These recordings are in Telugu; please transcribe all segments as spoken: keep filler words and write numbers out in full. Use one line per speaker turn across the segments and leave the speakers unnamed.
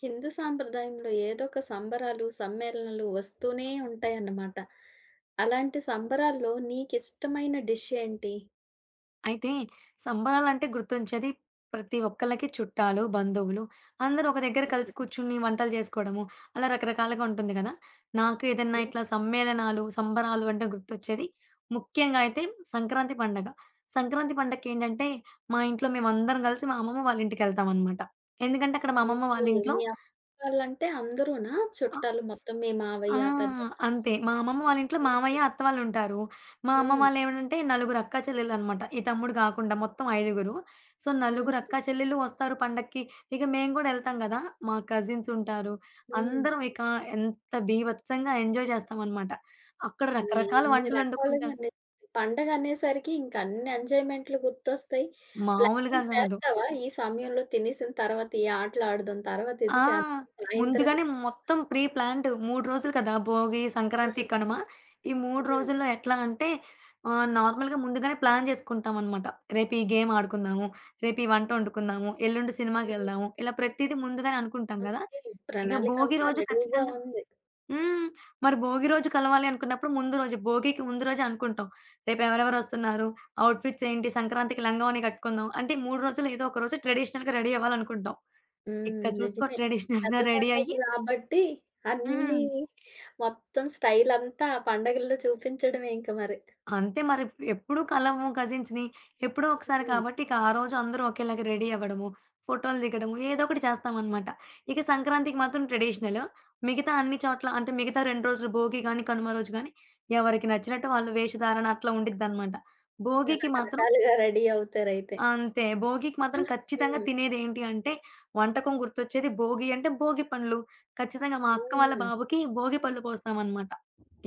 హిందూ సాంప్రదాయంలో ఏదో ఒక సంబరాలు, సమ్మేళనాలు వస్తూనే ఉంటాయన్నమాట. అలాంటి సంబరాల్లో నీకిష్టమైన డిష్ ఏంటి?
అయితే సంబరాలంటే గుర్తొచ్చేది ప్రతి ఒక్కళ్ళకి చుట్టాలు, బంధువులు అందరూ ఒక దగ్గర కలిసి
హ్మ్.
కూర్చుని వంటలు చేసుకోవడము, అలా రకరకాలుగా ఉంటుంది కదా! నాకు ఏదన్నా
హ్మ్.
ఇట్లా సమ్మేళనాలు, సంబరాలు అంటే గుర్తొచ్చేది ముఖ్యంగా అయితే సంక్రాంతి పండగ. సంక్రాంతి పండగకేంటంటే మా ఇంట్లో మేమందరం కలిసి మా అమ్మమ్మ వాళ్ళ ఇంటికెళ్తామనమాట. ఎందుకంటే అక్కడ మా అమ్మమ్మ
ఓకే.
వాళ్ళ ఇంట్లో
మీ అత్త వాళ్ళంటే అందరూనా? చుట్టాలు మొత్తం మీ
ఆ!
మావయ్య, పెద్దమ్మ.
అంతే. మా అమ్మమ్మ వాళ్ళ ఇంట్లో
హుహు.
మామయ్య, అత్త వాళ్ళుంటారు. మా అమ్మమ్మ
హ్మ్.
వాళ్ళేమనంటే నలుగురు అక్కా చెల్లెళ్ళనమాట. ఈ తమ్ముడు గాకుండా మొత్తం ఐదుగురు. సో, నలుగురు
హుహు.
అక్కా చెల్లెళ్ళు వస్తారు పండక్కి. ఇక మేము గూడా ఎళ్తాం గదా! మా కజిన్సుంటారు.
హ్మ్.
అందరం ఇక ఎంత బీభత్సంగా ఎంజాయ్ చేస్తామనమాట. అక్కడ రకరకాల
ఎన్ని రకాలుగా
వంటలొండుకుంటారు.
నే పండగ అనేసరికి ఇంక అన్ని ఎంజాయ్‌మెంట్లు గుర్తొస్తాయి.
మామూలుగా
ప్లానింగ్
గాదు.
వేస్తావా? ఈ సమయంలో తినేసిన తర్వాత ఈ ఆటలు ఆడుదాం, తర్వాత ఇది
ఆ!
చేద్దాం, సాయంత్రం
ముందుగానే
ఇది చేద్దాం.
మొత్తం ప్రీ ప్లాన్డ్ మూడు రోజులు కదా! భోగి, సంక్రాంతి,
హ్మ్.
కనుమ. ఈ మూడు
హ్మ్.
రోజుల్లో ఎట్లా అంటే ఆహ్, నార్మల్‌గా ముందుగానే ప్లాన్ జేసుకుంటామనమాట. రేపు ఈ గేమ్ ఆడుకుందాము, రేపు ఈ వంట వండుకుందాము, ఎల్లుండి
హ్మ్.
సినిమాకెళ్దాము. ఇలా ప్రతీది ముందుగానే అనుకుంటాం గదా!
ఓకే.
ఇక భోగి
ప్రణాళికంతా
రోజు
రెడీగా
ఖచ్చితంగా
ఉంది.
హ్మ్. మరి భోగి రోజు కలవాలి అనుకున్నప్పుడు ముందు రోజు భోగికి ముందు రోజే అనుకుంటాం. రేపు ఎవరెవరు వస్తున్నారు? అవుట్‌ఫిట్స్ ఏంటి? సంక్రాంతికి లంగావోని కట్టుకుందాం. అంటే మూడు రోజుల్లో ఏదో ఒక రోజు ట్రెడిషనల్‌గా రెడీ అవ్వాలనుకుంటాం.
హ్మ్.
ఇక్కడ చూసుకో
నిజమే.
ట్రెడిషనల్‌గా
పెద్ద
రెడీ
పండుగ
అయ్యి
గాబట్టి
హ్మ్.
అన్నీ మొత్తం స్టైలంతా ఆ పండగల్లో చూపించడమే ఇంక మరి.
అంతే మరి ఎప్పుడు కలవము కజిన్స్‌ని. ఎప్పుడో ఒకసారి
హ్మ్.
కాబట్టి ఇక ఆ రోజు అందరూ ఒకేలాగా రెడీ అవ్వడము, ఫోటోలు దిగడము ఏదో ఒకటి చేస్తామనమాట. ఇక సంక్రాంతికి మాత్రం ట్రెడిషనల్. మిగతా అన్ని చోట్ల అంటే మిగతా రెండు రోజులు భోగి గాని, కనుమ రోజు గాని ఎవరికి నచ్చినట్టు వాళ్ళు వేషధారణ అట్లా ఉండిద్దనమాట. భోగికి మాత్రం
రకరకాలుగా రెడీ అవుతారైతే.
అంతే. భోగికి మాత్రం ఖచ్చితంగా
హ్మ్.
తినేదేంటి అంటే, వంటకం గుర్తొచ్చేది భోగి అంటే, భోగి పండ్లు. ఖచ్చితంగా మా అక్క వాళ్ళ
హ్మ్.
బాబుకి భోగి పళ్ళు పోస్తామనమాట.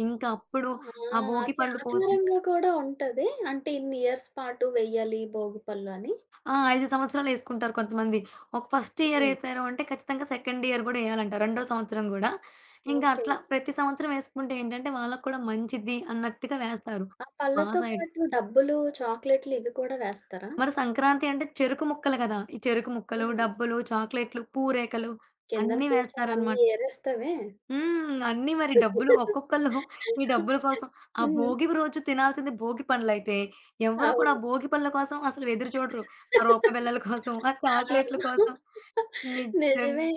ఇంకా అప్పుడు ఆ
ఆ!
భోగి
అది
పళ్ళు పోసి
ఆచారంగా కూడా ఉంటది. అంటే ఇన్ని ఇయర్స్ పాటు వెయ్యాలి భోగి పళ్ళు అని.
ఆ! ఐదు సంవత్సరాలేసుకుంటారు కొంతమంది. ఒక ఫస్ట్ ఇయర్
హ్మ్.
ఏశారు అంటే ఖచ్చితంగా సెకండ్ ఇయర్ గూడా ఎయాలంట. రెండో సంవత్సరం గూడా. ఇంకా
ఓకే.
అట్లా ప్రతి సంవత్సరం ఏసుకుంటే ఏంటంటే, వాళ్ళకి కూడా మంచిది అన్నట్టుగా వేస్తారు
ఆ
మా
పళ్ళతో
సైడ్.
పాటు డబ్బులు, చాక్లెట్లు ఇవి కూడా వేస్తారా?
మరి సంక్రాంతి అంటే చెరుకు ముక్కలు గదా! ఈ చెరుకు ముక్కలు,
హ్మ్.
డబ్బులు, చాక్లెట్లు, పూరేకలు
కిందన
అన్నీ
కూర్చొని అన్నీ
వేస్తారనమాట.
ఏరేస్తావే.
హ్మ్. అన్నీ మరి డబ్బులు ఒక్కొక్కళ్ళు ఈ డబ్బుల కోసం ఆ
హ్మ్.
భోగి రోజు తినాల్సింది భోగి పండ్లయితే, ఎవ్వరు కూడా
అవును.
భోగి పళ్ళ కోసం అసలు ఎదురు చూడరు. ఆ రూపాయి బిళ్ళల కోసం, ఆ
ఆ!
చాక్లెట్‌ల కోసం నిజంగా.
నిజమే.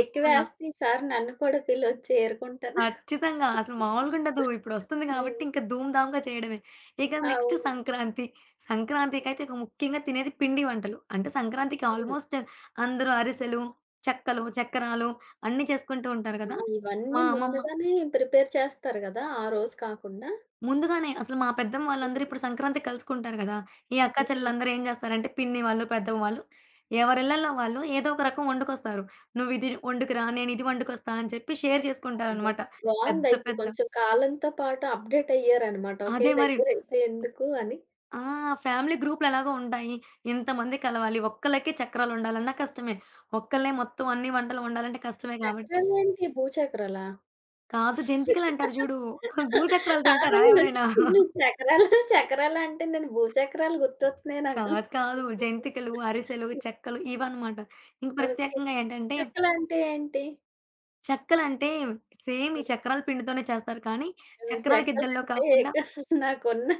అస్సల
ఎక్కువేస్తే ఈసారి నన్ను కూడా పిలవొచ్చు ఏరుకుంటాను.
ఖచ్చితంగా. అసలు మామూలుగా ఉండదు. ఇప్పుడొస్తుంది కాబట్టి
హ్మ్.
ఇంకా ధూమ్ ధామ్‌గా చేయడమే. ఇక నెక్స్ట్
అవును.
సంక్రాంతి. సంక్రాంతికైతే ఇక ముఖ్యంగా తినేది పిండి వంటలు. అంటే సంక్రాంతికి
హ్మ్.
ఆల్మోస్ట్ అందరూ అరిసెలు, చెక్కలు, చక్రాలు అన్నీ చేసుకుంటూ ఉంటారు
ఆ!
కదా! మా
ఇవన్నీ
అమ్మమ్మ
ముందుగానే ప్రిపేర్ చేస్తారు గదా! ఆ రోజు కాకుండా.
ముందుగానే అసలు మా పెద్దమ్మ వాళ్ళందరూ
హ్మ్.
ఇప్పుడు సంక్రాంతికి కలుసుకుంటారు గదా! ఈ అక్కా
హ్మ్.
చెల్లెలందరూ ఏం జేస్తారంటే పిన్ని వాళ్ళు, పెద్దమ్మ వాళ్ళు ఎవరిళ్ళలో వాళ్ళు ఏదో ఒక రకం వండుకొస్తారు. "నువ్విది వండుకురా, నేనిది వండుకొస్తా" అని చెప్పి షేర్
అబ్బా!
చేసుకుంటారనమాట. పెద్ద
బావుందయితే
పెద్ద
కొంచెం కాలంతో పాటు అప్‌డేట్ అయ్యారనమాట. ఒకే
అదే మరి.
దగ్గరైతే ఎందుకు అని.
ఆ! ఫ్యామిలీ గ్రూప్‌లు ఎలాగో ఉంటాయి. ఇంతమంది కలవాలి. ఒక్కళ్ళకే చక్రాలుండాలన్నా కష్టమే. ఒక్కళ్ళే మొత్తం అన్ని వంటలు వండాలంటే కష్టమే గాబట్టి
చక్రాలేంటి భూచక్రాలా?
కాదు జంతికలంటారు జూడు. భూచక్రాలు
ఆ!
తింటారా
నువ్వు
ఎవరైనా?
నువ్వు చక్రాలు, చక్రాలు అంటే నేను భూచక్రాలు గుర్తొస్తున్నాయి నాకు.
కాదు. కాదు. జంతికలు, అరిసెలు, చెక్కలు ఇవన్నమాట. ఇంక
ఓకే.
ప్రత్యేకంగా ఏంటంటే
చెక్కలంటే ఏంటి?
చెక్కలంటే సేమ్ ఈ చక్రాల పిండితోనే చేస్తారు. కానీ
హ్మ్.
చక్రాల గిద్దల్లో
చెక్కలంటే
కాకుండా
ఇక్కడ నాకున్న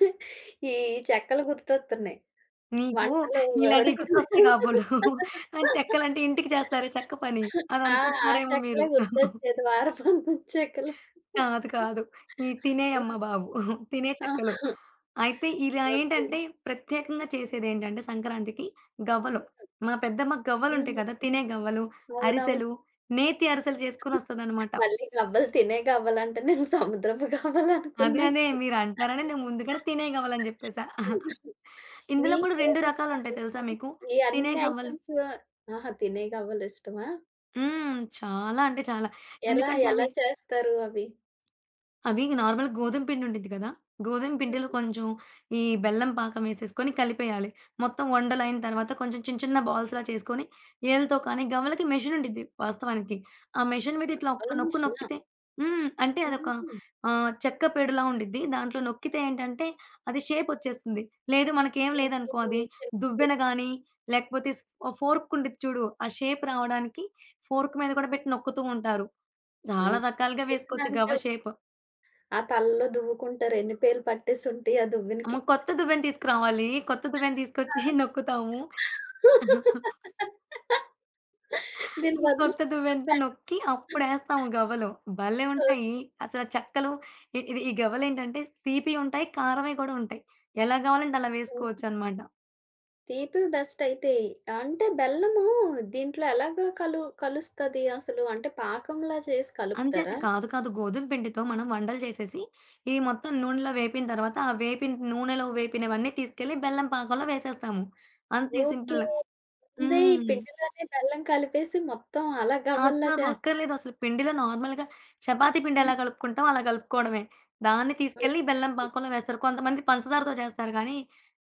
ఈ చెక్కలు గుర్తొస్తున్నాయి.
నీకు
వంటలో
ఇలాంటివి
వాడుతారు
గుర్తొస్తాయి కాబోలు.
కదా!
చెక్కలంటే ఇంటికి చేస్తారే చెక్క పని. అది
ఆ! ఆ
అనుకుంటున్నారేమో మీరు.
చెక్కలే గుర్తొచ్చేది. వారపొందం చెక్కలు.
కాదు. కాదు. ఈ తినేయమ్మ
హ్మ్.
బాబు. తినే
ఆ!
చెక్కలు. అయితే ఇలా
ఓకే.
ఏంటంటే ప్రత్యేకంగా చేసేదేంటంటే సంక్రాంతికి గవ్వలు. మా పెద్దమ్మకి గవ్వలుంటాయి
హ్మ్.
కదా! తినే గవ్వలు,
అవునవును.
అరిసెలు, నేతి అరిసెలు చేసుకొనొస్తదనమాట.
మళ్ళీ గవ్వలు తినే గవ్వలంటే నేను సముద్రపు
అదే.
గవ్వలనుకున్నా.
అదే. మీరంటారని నేను ముందుగానే తినే గవ్వలని జెప్పేసా. ఇందులో కూడా రెండు
నీకేదిష్టం
రకాలుంటాయి తెలుసా
ఇంతకి?
మీకు?
ఈ
తినే
అన్ని
గవ్వలు
ఐటెమ్స్. ఆహా! తినే గవ్వలిష్టమా?
హ్మ్. చాలా అంటే చాలా.
ఎలా
ఎందుకంటే అవి
ఎలా చేస్తారు అవి?
అవి నార్మల్‌గా గోధుమ పిండి ఉండిద్ది కదా! గోధుమ
హ్మ్.
పిండిలో కొంచెం ఈ బెల్లం పాకం వేసేసుకొని కలిపేయాలి. మొత్తం ఉండలైన తర్వాత కొంచెం చిన్న చిన్న బాల్స్‌లా చేసుకొని ఏళ్ళతో కానీ గవ్వలకి మెషిన్ ఉండిద్ది వాస్తవానికి. ఆ మెషిన్ మీద ఇట్లా ఒక్క
గవ్వల
నొక్కు
మిషనా?
నొక్కితే హ్మ్. అంటే అదొక
హుహు.
ఆహ్, చెక్క పేడులా ఉండిద్ది. దాంట్లో నొక్కితే ఏంటంటే అది షేప్ వచ్చేస్తుంది. లేదు మనకేం
ఓకే.
లేదనుకో అది
చెప్పు.
దువ్వెన గానీ, లేకపోతే స్ ఫోర్క్ ఉండిద్ది చూడు. ఆ షేప్ రావడానికి ఫోర్క్ మీద కూడా పెట్టి నొక్కుతూ ఉంటారు.
ఆ!
చాలా రకాలుగా వేసుకోవచ్చు
దువ్వెనంటే
గవ్వ షేప్.
ఆ తలలో దువ్వుకుంటారు. ఎన్ని పేలు పట్టేసి ఉంటాయి ఆ
అమ్మ!
దువ్వెనకి.
కొత్త దువ్వెన తీసుకురావాలి. కొత్త దువ్వెన తీసుకొచ్చి
ఆ!
నొక్కుతాము.
దీని బదులు
కొత్త
స్పూన్
దువ్వెనతో
పెడతారు.
నొక్కి అప్పుడేస్తాము గవ్వలు. భలే ఉంటాయి. అసల చెక్కలు ఇ ఇది ఈ గవ్వలేంటంటే తీపియి ఉంటాయి, కారమే కూడా ఉంటాయి. ఎలా కావాలంటే అలా వేసుకోవచ్చనమాట.
తీపివి బెస్ట్ అయితే. అంటే బెల్లము దీంట్లో ఎలాగా కలు కలుస్తది అసలు? అంటే పాకంలా చేసి
అంతే
కలుపుతారా?
కాదు కాదు. గోధుమ పిండితో మనం వండలు చేసేసి, ఇవి మొత్తం నూనెలో వేపిన తర్వాత, ఆ వేపిన నూనెలో వేపినవన్నీ తీసుకెళ్ళి బెల్లం పాకంలో వేసేస్తాము. అంతే
ఓకే.
సింపుల్.
ముందే ఈ
హ్మ్.
పిండిలోనే బెల్లం కలిపేసి మొత్తం అలా
కాదు.
గవ్వల్లా
కాదు.
చేస్తారు.
అక్కర్లేదసలు. పిండిలో నార్మల్‌గా చపాతీ పిండి
హ్మ్.
ఎలా కలుపుకుంటాం అలా కలుపుకోవడమే. దాన్ని తీసుకెళ్ళి బెల్లం
ఓకే.
పాకంలో వేస్తారు. కొంతమంది పంచదారతో చేస్తారు కానీ,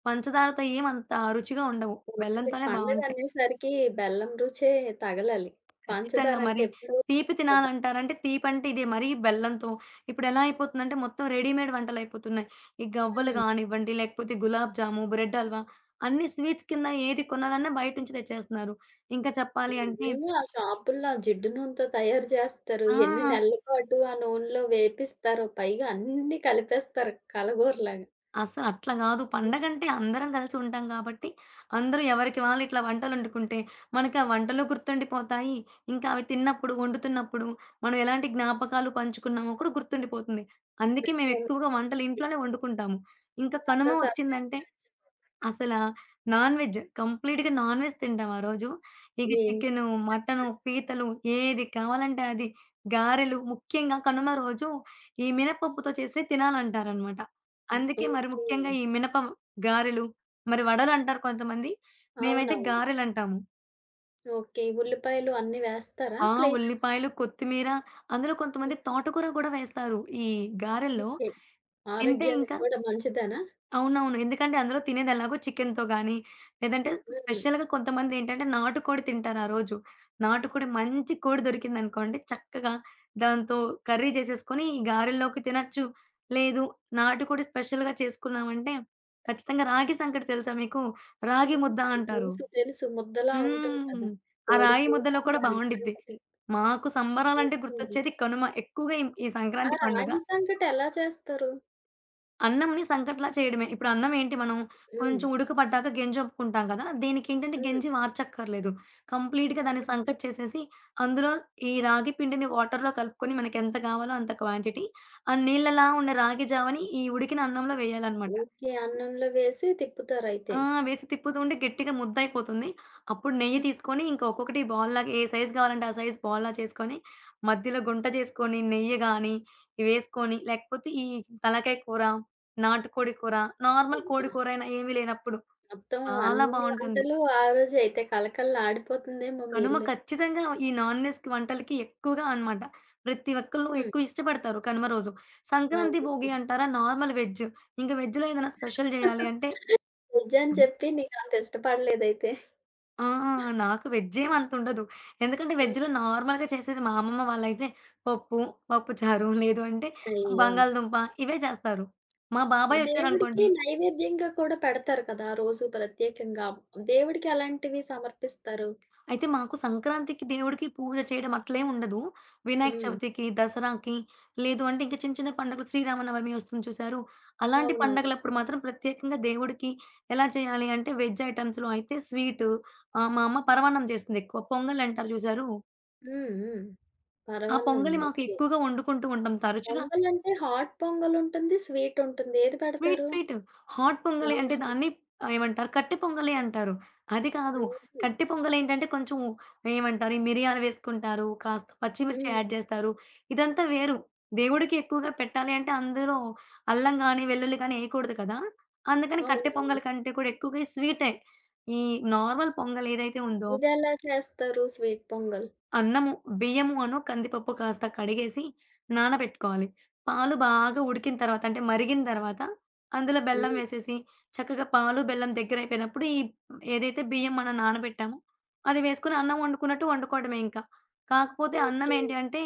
పంచదారతో ఏమంత రుచిగా ఉండవు.
వద్దులే
బెల్లంతోనే
పండుగ
బావుంటాయి.
అనేసరికి బెల్లం రుచే తగలాలి.
ఖచ్చితంగా
పంచదార అంటే
మరి
ఎప్పుడూ
తీపి
కదా!
తినాలంటారంటే తీపంటే ఇదే మరీ బెల్లంతో. ఇప్పుడెలా అయిపోతుందంటే మొత్తం రెడీమేడ్ వంటలయిపోతున్నాయి. ఈ గవ్వలు
హ్మ్.
గానివ్వండి, లేకపోతే గులాబ్ జాము, బ్రెడ్ హల్వా అన్నీ స్వీట్స్ కింద ఏది కొనాలన్నా బయట నుంచి తెచ్చేస్తున్నారు. ఇంకా చెప్పాలి అంటే
నిజంగా ఆ షాపుల్లో ఆ జిడ్డు నూనెతో తయారు చేస్తారు.
ఆ!
ఎన్ని నెలల పాటు ఆ నూనెలో వేపిస్తారో పైగా అన్నీ కలిపేస్తారు కలగూరలాగా.
అసలు అట్లా గాదు. పండగంటే అందరం కలిసి ఉంటాం గాబట్టి, అందరూ ఎవరికి వాళ్ళు ఇట్లా వంటలొండుకుంటే, మనకి ఆ వంటలు గుర్తుండిపోతాయి. ఇంకా అవి తిన్నప్పుడు, వండుతున్నప్పుడు మనం ఎలాంటి జ్ఞాపకాలు పంచుకున్నామో కూడా గుర్తుండిపోతుంది. అందుకే
ఓకే.
మేమెక్కువగా వంటలు ఇంట్లోనే వండుకుంటాము. ఇంకా కనుమ
అంతా సరదాగా
వచ్చిందంటే
గడిచిపోతుంది.
అసలా నాన్ వెజ్. కంప్లీట్‌గా నాన్ వెజ్ తింటాం ఆ రోజు. ఇక
ఏం
చికెను, మటను,
చేస్తారు?
పీతలు ఏది కావాలంటే అది. గారెలు ముఖ్యంగా కనుమ రోజు ఈ మినపప్పుతో చేసినవి తినాలంటారనమాట.
హ్మ్.
అందుకే మరి
ఓకే.
ముఖ్యంగా ఈ మినప గారెలు, మరి వడలంటారు కొంతమంది. మేమైతే
అవునవును.
గారెలంటాము.
ఓకే. ఉల్లిపాయలు అన్నీ వేస్తారా?
ఆ!
ప్లెయినా?
ఉల్లిపాయలు, కొత్తిమీర అందులో కొంతమంది
హుహు.
తోటకూర గూడా వేస్తారు. ఈ గారెల్లో
ఓకే.
తింటే
ఆరోగ్యానికి
ఇంకా
కూడా మంచిదేనా?
అవునవును. ఎందుకంటే అందరూ తినేదెలాగో చికెన్‌తో గానీ, లేదంటే
హ్మ్.
స్పెషల్‌గా కొంతమందేంటంటే నాటుకోడి తింటారు ఆ రోజు. నాటుకోడి మంచి కోడి దొరికిందనుకోండి, చక్కగా దాంతో కర్రీ చేసేసుకొని ఈ గారెల్లోకి తినొచ్చు. లేదు నాటుకోడి స్పెషల్‌గా చేసుకున్నామంటే, ఖచ్చితంగా రాగి సంకటి తెలుసా మీకు? రాగి
హ్మ్.
ముద్ద అంటారు.
తెలుసు. తెలుసు. ముద్దలా ఉంటుంది
హ్మ్.
కదా!
ఆ
కోడి
రాగి
కూర,
ముద్దలో కూడా
రాగి
బావుండిద్ది.
సంకటి.
మాకు సంబరాలంటే
ఓకే.
గుర్తొచ్చేది కనుమ. ఎక్కువగా ఈ ఈ
ఆ
సంక్రాంతి పండుగ
రాగి సంకటి ఎలా చేస్తారు?
అన్నంని సంకట్లా చేయడమే. ఇప్పుడు అన్నం ఏంటి మనం
హ్మ్.
కొంచెం ఉడకపడ్డాక గెంజొంపుకుంటాం కదా! దీనికేంటంటే
హ్మ్.
గెంజి మార్చక్కర్లేదు. కంప్లీట్‌గా దాన్ని
ఓకే.
సంకట్ చేసేసి, అందులో ఈ రాగి పిండిని వాటర్‌లో కలుపుకొని మనకెంత కావాలో అంత క్వాంటిటీ. ఆ నీళ్ళలా ఉన్న రాగి జావని ఈ ఉడికిన అన్నంలో వేయాలనమాట.
ఓకే. అన్నంలో వేసి తిప్పుతారయితే.
ఆ! వేసి తిప్పుతూ ఉంటే గట్టిగా ముద్దయిపోతుంది. అప్పుడు నెయ్యి
హుహు.
తీసుకొని ఇంకా ఒక్కొక్కటి బాల్‌లాగా ఏ సైజ్ కావాలంటే ఆ సైజ్ బాల్‌లా చేసుకొని, మధ్యలో గుంట చేసుకొని నెయ్యి గాని ఇవేసుకొని, లేకపోతే ఈ తలకాయ కూర, నాటుకోడి కూర, నార్మల్ కోడి
అబ్బా!
కూరైనా ఏమీ లేనప్పుడు
మొత్తం
చాలా
అన్ని
బావుంటుంది.
వంటలు ఆ రోజే అయితే కళకళలాడిపోతుందేమో మీ
కనుమ
ఇల్లు.
ఖచ్చితంగా ఈ నాన్ వెజ్‌కి వంటలకి ఎక్కువగా అనమాట. ప్రతి ఒక్కళ్ళు
హ్మ్.
ఎక్కువ ఇష్టపడతారు కనుమ రోజు. సంక్రాంతి,
అవును.
భోగి అంటారా నార్మల్ వెజ్. ఇంక వెజ్‌లో ఏదైనా స్పెషల్ జేయాలి అంటే
నిజాన్ని చెప్పి నీకంత ఇష్టపడలేదైతే.
ఆ! నాకు వెజ్జేం అంతుండదు. ఎందుకంటే
హ్మ్.
వెజ్‌లో నార్మల్‌గా చేసేది మా అమ్మమ్మ వాళ్ళైతే పప్పు, పప్పుచారు లేదు అంటే
అయ్యో!
బంగాళదుంప ఇవే చేస్తారు. మా బాబాయ్
దేవుడికి
ఒచ్చారనుకోండి
నైవేద్యంగా కూడా పెడతారు కదా! ఆ రోజు ప్రత్యేకంగా. దేవుడికి ఎలాంటివి సమర్పిస్తారు?
అయితే మాకు సంక్రాంతికి దేవుడికి పూజ చేయడం అట్లేం ఉండదు. వినాయక
హ్మ్.
చవితికి, దసరాకి లేదు అంటే ఇంకా చిన్న చిన్న పండుగలు శ్రీరామనవమి ఒస్తుంది చూసారు? అలాంటి
అవునవును.
పండగలప్పుడు మాత్రం ప్రత్యేకంగా దేవుడికి ఎలా చేయాలి అంటే వెజ్ ఐటెమ్స్‌లో అయితే స్వీటు ఆహ్, మా అమ్మ పరమాన్నం చేస్తుంది ఎక్కువ. పొంగల్ అంటారు చూసారు?
హ్మ్. హ్మ్.
ఆ
పరమాన్నం.
పొంగలి మాకు
ఓకే.
ఎక్కువగా వండుకుంటూ ఉంటాం తరచుగా
పొంగలంటే హాట్ పొంగలుంటుంది, స్వీటుంటుంది. ఏది
స్వీట్,
పెడతారు?
స్వీట్. హాట్ పొంగలి అంటే
ఆహా!
దాన్ని ఆహ్, ఏమంటారు కట్టె పొంగలి అంటారు. అది కాదు.
హుహు.
కట్టె పొంగలేంటంటే కొంచెం ఏమంటారు? ఈ మిరియాలు వేసుకుంటారు. కాస్త పచ్చిమిర్చి
హ్మ్.
యాడ్ చేస్తారు. ఇదంతా వేరు. దేవుడికి ఎక్కువగా పెట్టాలి అంటే అందులో అల్లం గాని, వెల్లుల్లి గాని ఏయకూడదు కదా! అందుకని కట్టె
అవునవును.
పొంగలి కంటే కూడా ఎక్కువగా ఈ స్వీటే. ఈ నార్మల్ పొంగల్ ఏదైతే ఉందో
ఇదెలా చేస్తారు స్వీట్ పొంగల్?
అన్నము, బియ్యమును, కందిపప్పు కాస్త కడిగేసి నానబెట్టుకోవాలి. పాలు బాగా ఉడికిన తర్వాత అంటే మరిగిన తర్వాత అందులో బెల్లం
హ్మ్.
వేసేసి చక్కగా పాలు, బెల్లం దగ్గరైపోయినప్పుడు ఈ ఏదైతే బియ్యం మనం నానబెట్టామో అది వేసుకొని అన్నం వండుకున్నట్టు వండుకోవడమే ఇంకా. కాకపోతే అన్నం
ఓకే.
ఏంటి అంటే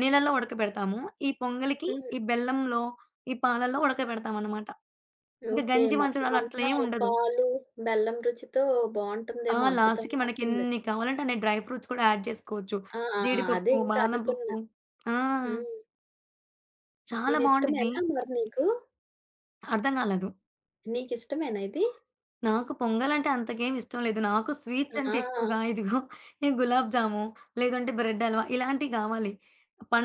నీళ్ళలో ఉడకబెడతాము. ఈ పొంగలికి
హ్మ్.
ఈ బెల్లంలో, ఈ పాలల్లో ఉడకబెడతామనమాట. ఇంక
ఓకే.
గంజి వంచడాలు
మొత్తమంతా
అట్లేం ఉండదు.
పాలు, బెల్లం రుచితో
ఆ!
బావుంటుందేమో
లాస్ట్‌కి
అద్భుతంగా ఉంటుంది.
మనకెన్ని కావాలంటే అన్ని డ్రై ఫ్రూట్స్ కూడా యాడ్ చేసుకోవచ్చు.
ఆ! ఆ! అదే
జీడిపప్పు,
ఇంకా
బాదం పప్పు.
అనుకున్నా.
ఆ!
హ్మ్.
చాలా
ఇది
బావుండిద్ది.
ఇష్టమేనా మరి నీకు?
అర్థం కాలేదు.
నీకిష్టమేనా ఇది?
నాకు పొంగలంటే అంతకేమి ఇష్టం లేదు. నాకు స్వీట్స్
ఆ!
అంటే ఎక్కువగా ఇదిగో ఈ గులాబ్ జాము, లేదంటే బ్రెడ్ హల్వా ఇలాంటివి కావాలి.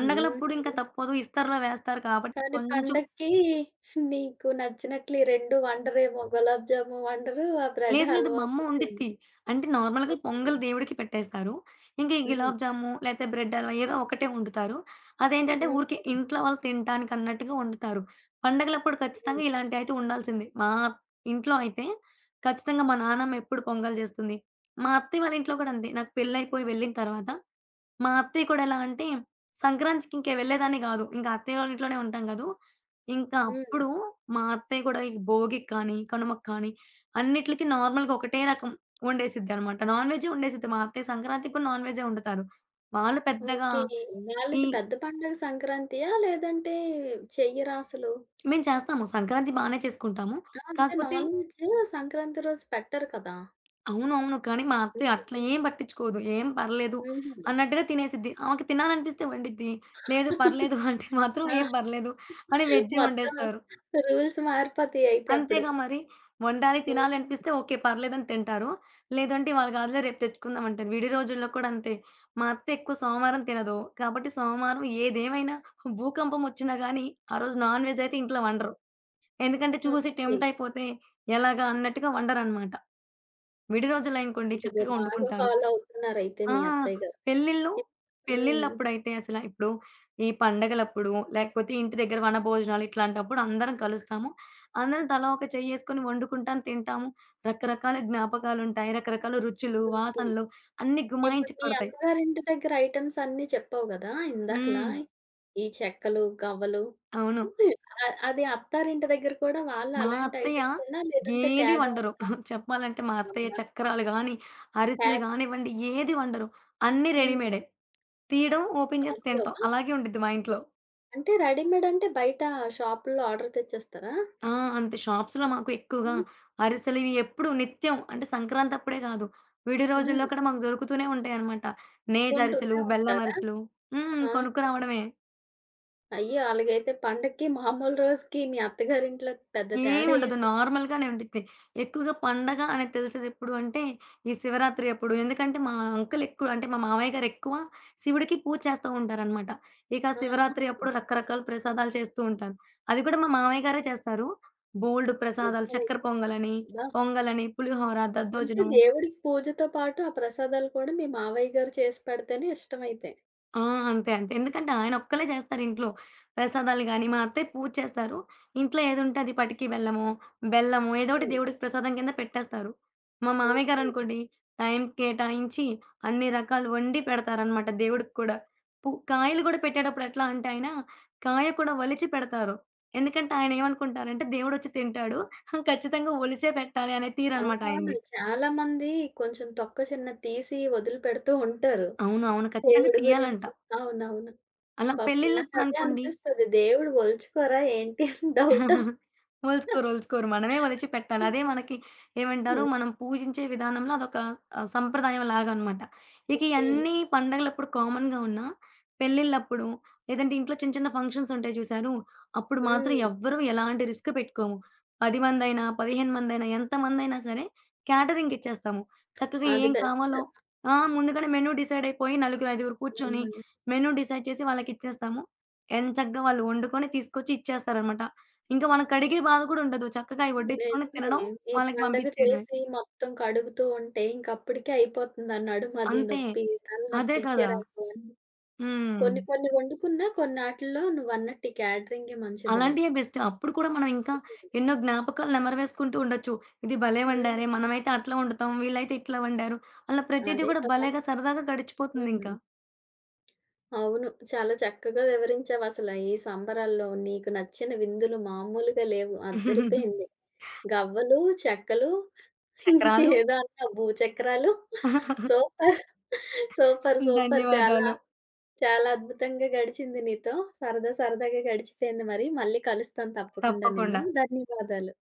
హుహు.
ఇంకా తప్పదు. ఇస్తర్లో వేస్తారు కాబట్టి
కానీ
కొంచెం
పండక్కి నీకు నచ్చినట్లు ఈ రెండూ వండరేమో, గులాబ్ జామున్ వండరు, ఆ బ్రెడ్
లేదు. లేదు. మా
హల్వా
అమ్మ
ఉండదేమో.
వండిద్ది. అంటే నార్మల్‌గా
ఓకే.
పొంగల్ దేవుడికి పెట్టేస్తారు. ఇంక ఈ
హ్మ్.
గులాబ్ జాము లేతే బ్రెడ్ హల్వా ఏదో ఒకటే వండుతారు. అదేంటంటే
హ్మ్.
ఊరికే ఇంట్లో వాళ్ళు తినటానికి అన్నట్టుగా వండుతారు. పండగలప్పుడు ఖచ్చితంగా
హ్మ్.
ఇలాంటివైతే ఉండాల్సిందే. మా ఇంట్లో అయితే ఖచ్చితంగా మా నాన్నమ్మ ఎప్పుడు పొంగల్ చేస్తుంది. మా అత్తయ్య వాళ్ళ ఇంట్లో కూడా అంతే. నాకు పెళ్లయిపోయి వెళ్ళిన తర్వాత మా అత్తయ్య కూడా ఎలా అంటే సంక్రాంతికి ఇంక వెళ్ళేదాన్ని గాదు. ఇంక అత్తయ్య వాళ్ళ ఇంట్లోనే ఉంటాం గదూ! ఇంకా
హ్మ్.
అప్పుడు మా అత్తయ్య కూడా ఈ భోగికి కానీ, కనుమకి కానీ అన్నిట్లకి నార్మల్‌గా ఒకటే రకం వండేసిద్దనమాట. నాన్ వెజ్జే వండేసిద్ది. మా అత్తయ్య సంక్రాంతికి కూడా నాన్ వెజ్జే వండుతారు. వాళ్ళు పెద్దగా
ఓకే.
ఈ
వాళ్ళది పెద్ద పండగ సంక్రాంతియా? లేదంటే చెయ్యరా అసలు?
మేము చేస్తాము. సంక్రాంతి బానే చేసుకుంటాము.
ఆ! అంటే
కాకపోతే
నాన్ వెజ్ సంక్రాంతి రోజు పెట్టరు కదా!
అవునవును. కానీ మా
హ్మ్.
అత్తయ్య అట్లా
హ్మ్.
ఏం పట్టించుకోదు. ఏం పర్లేదు
హుహు.
అన్నట్టుగా తినేసిద్ది. ఆమెకి తినాలనిపిస్తే వండిద్ది. లేదు పర్లేదు అంటే మాత్రం
ఆ!
ఏం పర్లేదు అని వెజ్జే
మొత్తం
వండేస్తారు.
రూల్స్ మారిపోతాయి అయితే అప్పుడు.
అంతేగా మరి. వండాలి,
హ్మ్.
తినాలి అనిపిస్తే ఓకే. పర్లేదని తింటారు. లేదంటే ఇవాళ కాదులే రేపు తెచ్చుకుందాం అంటారు. విడి రోజుల్లో కూడా అంతే. మా అత్త ఎక్కువ సోమవారం తినదు. కాబట్టి సోమవారం ఏదేమైనా భూకంపం వచ్చినా గానీ, ఆ రోజు నాన్ వెజ్ అయితే ఇంట్లో వండరు. ఎందుకంటే
హ్మ్.
చూసి
ఓకే.
టెంప్ట్ అయిపోతే ఎలాగా అన్నట్టుగా వండరనమాట. విడి రోజులనుకోండి
మంచిదే,
చక్కగా
బాగా
వండుకుంటారు.
ఫాలో అవుతున్నారయితే
ఆ!
మీ అత్తయ్య గారు.
పెళ్ళిళ్ళు
ఇప్ హ్మ్.
పెళ్ళిళ్ళప్పుడైతే అసల ఇప్పుడు ఈ పండగలప్పుడు, లేకపోతే ఇంటి దగ్గర వనభోజనాలు ఇట్లాంటప్పుడు అందరం కలుస్తాము. అందరం తలా ఒక చెయ్యేసుకొని వండుకుంటాం, తింటాము. రకరకాల జ్ఞాపకాలుంటాయి. రకరకాల రుచులు,
హ్మ్. ఓకే.
వాసనలు అన్నీ
ఇప్పుడు
గుమాయించి
మీ
కొడతాయి.
అమ్మగారింటి దగ్గర ఐటెమ్స్ అన్నీ చెప్పావు గదా! ఇందాకలా.
హ్మ్.
ఈ చెక్కలు, గవ్వలు.
అవును.
అ అది అత్తారింటి దగ్గర కూడా వాళ్ళు
మా
అలాంటి
అత్తయ్య
ఐటెమ్సేనా, లేదంటే
ఏది
తేడా
వండరు.
ఉందా?
చెప్పాలంటే మా అత్తయ్య
అబ్బా!
చక్కరాలు గానీ, అరిసెలు
హ్యాపీ.
గానివ్వండి ఏది వండరు. అన్నీ
హ్మ్.
రెడీమేడే. తీయడం, ఓపెన్ జేసి తింటాం.
కాపులోవా?
అలాగే ఉండిద్ది మా ఇంట్లో.
అంటే రెడీమేడ్ అంటే బయట షాపుల్లో ఆర్డర్ తెచ్చేస్తారా?
ఆ! అంతే. షాప్స్‌లో మాకు ఎక్కువగా
హ్మ్.
అరిసెలివి ఎప్పుడు నిత్యం అంటే సంక్రాంతప్పుడే కాదు. విడి
హ్మ్.
రోజుల్లో కూడా మాకు దొరుకుతూనే ఉంటాయనమాట. నేతరిసెలు,
కొంటూనే
బెల్లం
ఉంటారా?
అరిసెలు హ్మ్.
ఆహా!
కొనుక్కురావడమే.
అయ్యో! అలాగైతే పండక్కి మామూలు రోజుకి మీ అత్తగారింట్లో పెద్ద తేడా
ఏముండదు.
ఏమి?
నార్మల్‌గానే ఉండిద్ది. ఎక్కువగా పండగ అనేది తెలిసేదెప్పుడు అంటే, ఈ శివరాత్రి అప్పుడు. ఎందుకంటే, మా అంకుల్ ఎక్కువ అంటే, మా మామయ్య గారు ఎక్కువ శివుడికి పూజ చేస్తూ ఉంటారనమాట. ఇక శివరాత్రి
ఆహా!
అప్పుడు రకరకాల ప్రసాదాలు చేస్తూ ఉంటారు. అది కూడా మా మామయ్య గారే చేస్తారు. బోలెడు ప్రసాదాలు
ఓకే.
చక్కెర పొంగలని,
అబ్బా!
పొంగలని, పులిహోర,
అంటే
దద్దోజనం
దేవుడికి పూజతో పాటు ఆ ప్రసాదాలు కూడా మీ మావయ్య గారు చేసి పెడితేనే ఇష్టమైతే.
ఆ! అంతే. అంతే. ఎందుకంటే ఆయన ఒక్కళ్ళే చేస్తారు ఇంట్లో. ప్రసాదాలు గాని, మా అత్తయ్య పూజ చేస్తారు. ఇంట్లో ఏదుంటే అది పటికి బెల్లమో, బెల్లమో ఏదోకటి
హ్మ్.
దేవుడికి ప్రసాదం కింద పెట్టేస్తారు. మా మామయ్య
ఓకే.
గారనుకోండి టైం కేటాయించి అన్ని రకాలు వండి పెడతారనమాట దేవుడికి కూడా. పు కాయలు గూడా పెట్టేటప్పుడు ఎట్లా అంటే ఆయన కాయ కూడా ఒలిచి పెడతారు. ఎందుకంటే ఆయన ఏమనుకుంటారంటే దేవుడొచ్చి తింటాడు. ఖచ్చితంగా ఒలిచే పెట్టాలి అనే తీరనమాట
అవునవును.
ఆయనది.
చాలా మంది కొంచెం తొక్క చిన్నది తీసి వదిలిపెడుతూ ఉంటారు.
అవును. అవును. ఖచ్చితంగా
దేవుడి
తీయాలంట.
గురించి. అవునవును.
అలా
పాపం నాకదే
పెళ్ళిళ్ళప్పుడనుకోండి
అనిపిస్తది. దేవుడు ఒలుచుకోరా ఏంటి అని డౌటొస్తది.
ఒలుచుకోరు. ఒలుచుకోరు. మనమే ఒలిచి పెట్టాలి. అదే మనకి ఏమంటారు, మనం పూజించే విధానంలో అదొక ఆహ్, సంప్రదాయంలాగా అనమాట. ఇక
ఓకే.
ఇయన్నీ పండగలప్పుడు కామన్‌గా ఉన్నా, పెళ్ళిళ్ళప్పుడు లేదంటే ఇంట్లో చిన్న చిన్న ఫంక్షన్స్ ఉంటాయి చూసారు? అప్పుడు మాత్రం
హ్మ్.
ఎవ్వరు ఎలాంటి రిస్క్ పెట్టుకోము. పది మందైనా, పదిహేను మందైనా, ఎంతమందైనా సరే క్యాటరింగ్ ఇచ్చేస్తాము. చక్కగా
అది
ఏం
బెస్ట్.
కావాలో ఆ! ముందుగానే మెనూ డిసైడ్ అయిపోయి నలుగురు, ఐదుగురు కూర్చొని
హ్మ్.
మెనూ డిసైడ్ చేసి వాళ్ళకిచ్చేస్తాము. ఎంచక్కా వాళ్ళు వండుకొని తీసుకొచ్చి ఇచ్చేస్తారనమాట. ఇంక మనం కడిగే బాధ కూడా ఉండదు. చక్కగా అయి
నిజమే.
వడ్డించుకొని తినడం,
ఈ
వాళ్ళకి
పండగ
పంపించేయడమే.
చేసి మొత్తం కడుగుతూ ఉంటే ఇంకప్పటికే అయిపోతుంది. ఆ నడుమది
అంతే.
నొప్పి,
అదే
తలనొప్పి,
కదా!
చిరాకు అని.
హ్మ్.
కొన్ని కొన్ని వండుకున్నా, కొన్నాటిల్లో నువ్వన్నట్టు ఈ క్యాటరింగే మంచిదిలే.
అలాంటియే బెస్ట్. అప్పుడు కూడా మనం ఇంకా
హ్మ్.
ఎన్నో జ్ఞాపకాలు నెమరవేసుకుంటూ ఉండొచ్చు. ఇది భలే
హ్మ్.
వండారే! మనమైతే అట్లా వండుతాం. వీళ్ళైతే ఇట్లా వండారు. అలా ప్రతీది
అదే
కూడా
కదా!
భలేగా సరదాగా
హ్మ్.
గడిచిపోతుందింకా.
అవును. చాలా చక్కగా వివరించావసల. ఈ సంబరాల్లో నీకు నచ్చిన విందులు మామూలుగా లేవు. అద్దరిపోయింది. గవ్వలు, చెక్కలు,
చక్రాలు
ఇంకేదో అన్నారు భూచక్రాలు. సూపర్. సూపర్. సూపర్. చాలా,
ధన్యవాదాలు.
చాలా అద్భుతంగా గడిచింది నీతో. సరదా సరదాగా గడిచిపోయింది మరి. మళ్ళీ కలుస్తాను తప్పకుండా నిన్ను.
తప్పకుండా.
ధన్యవాదాలు.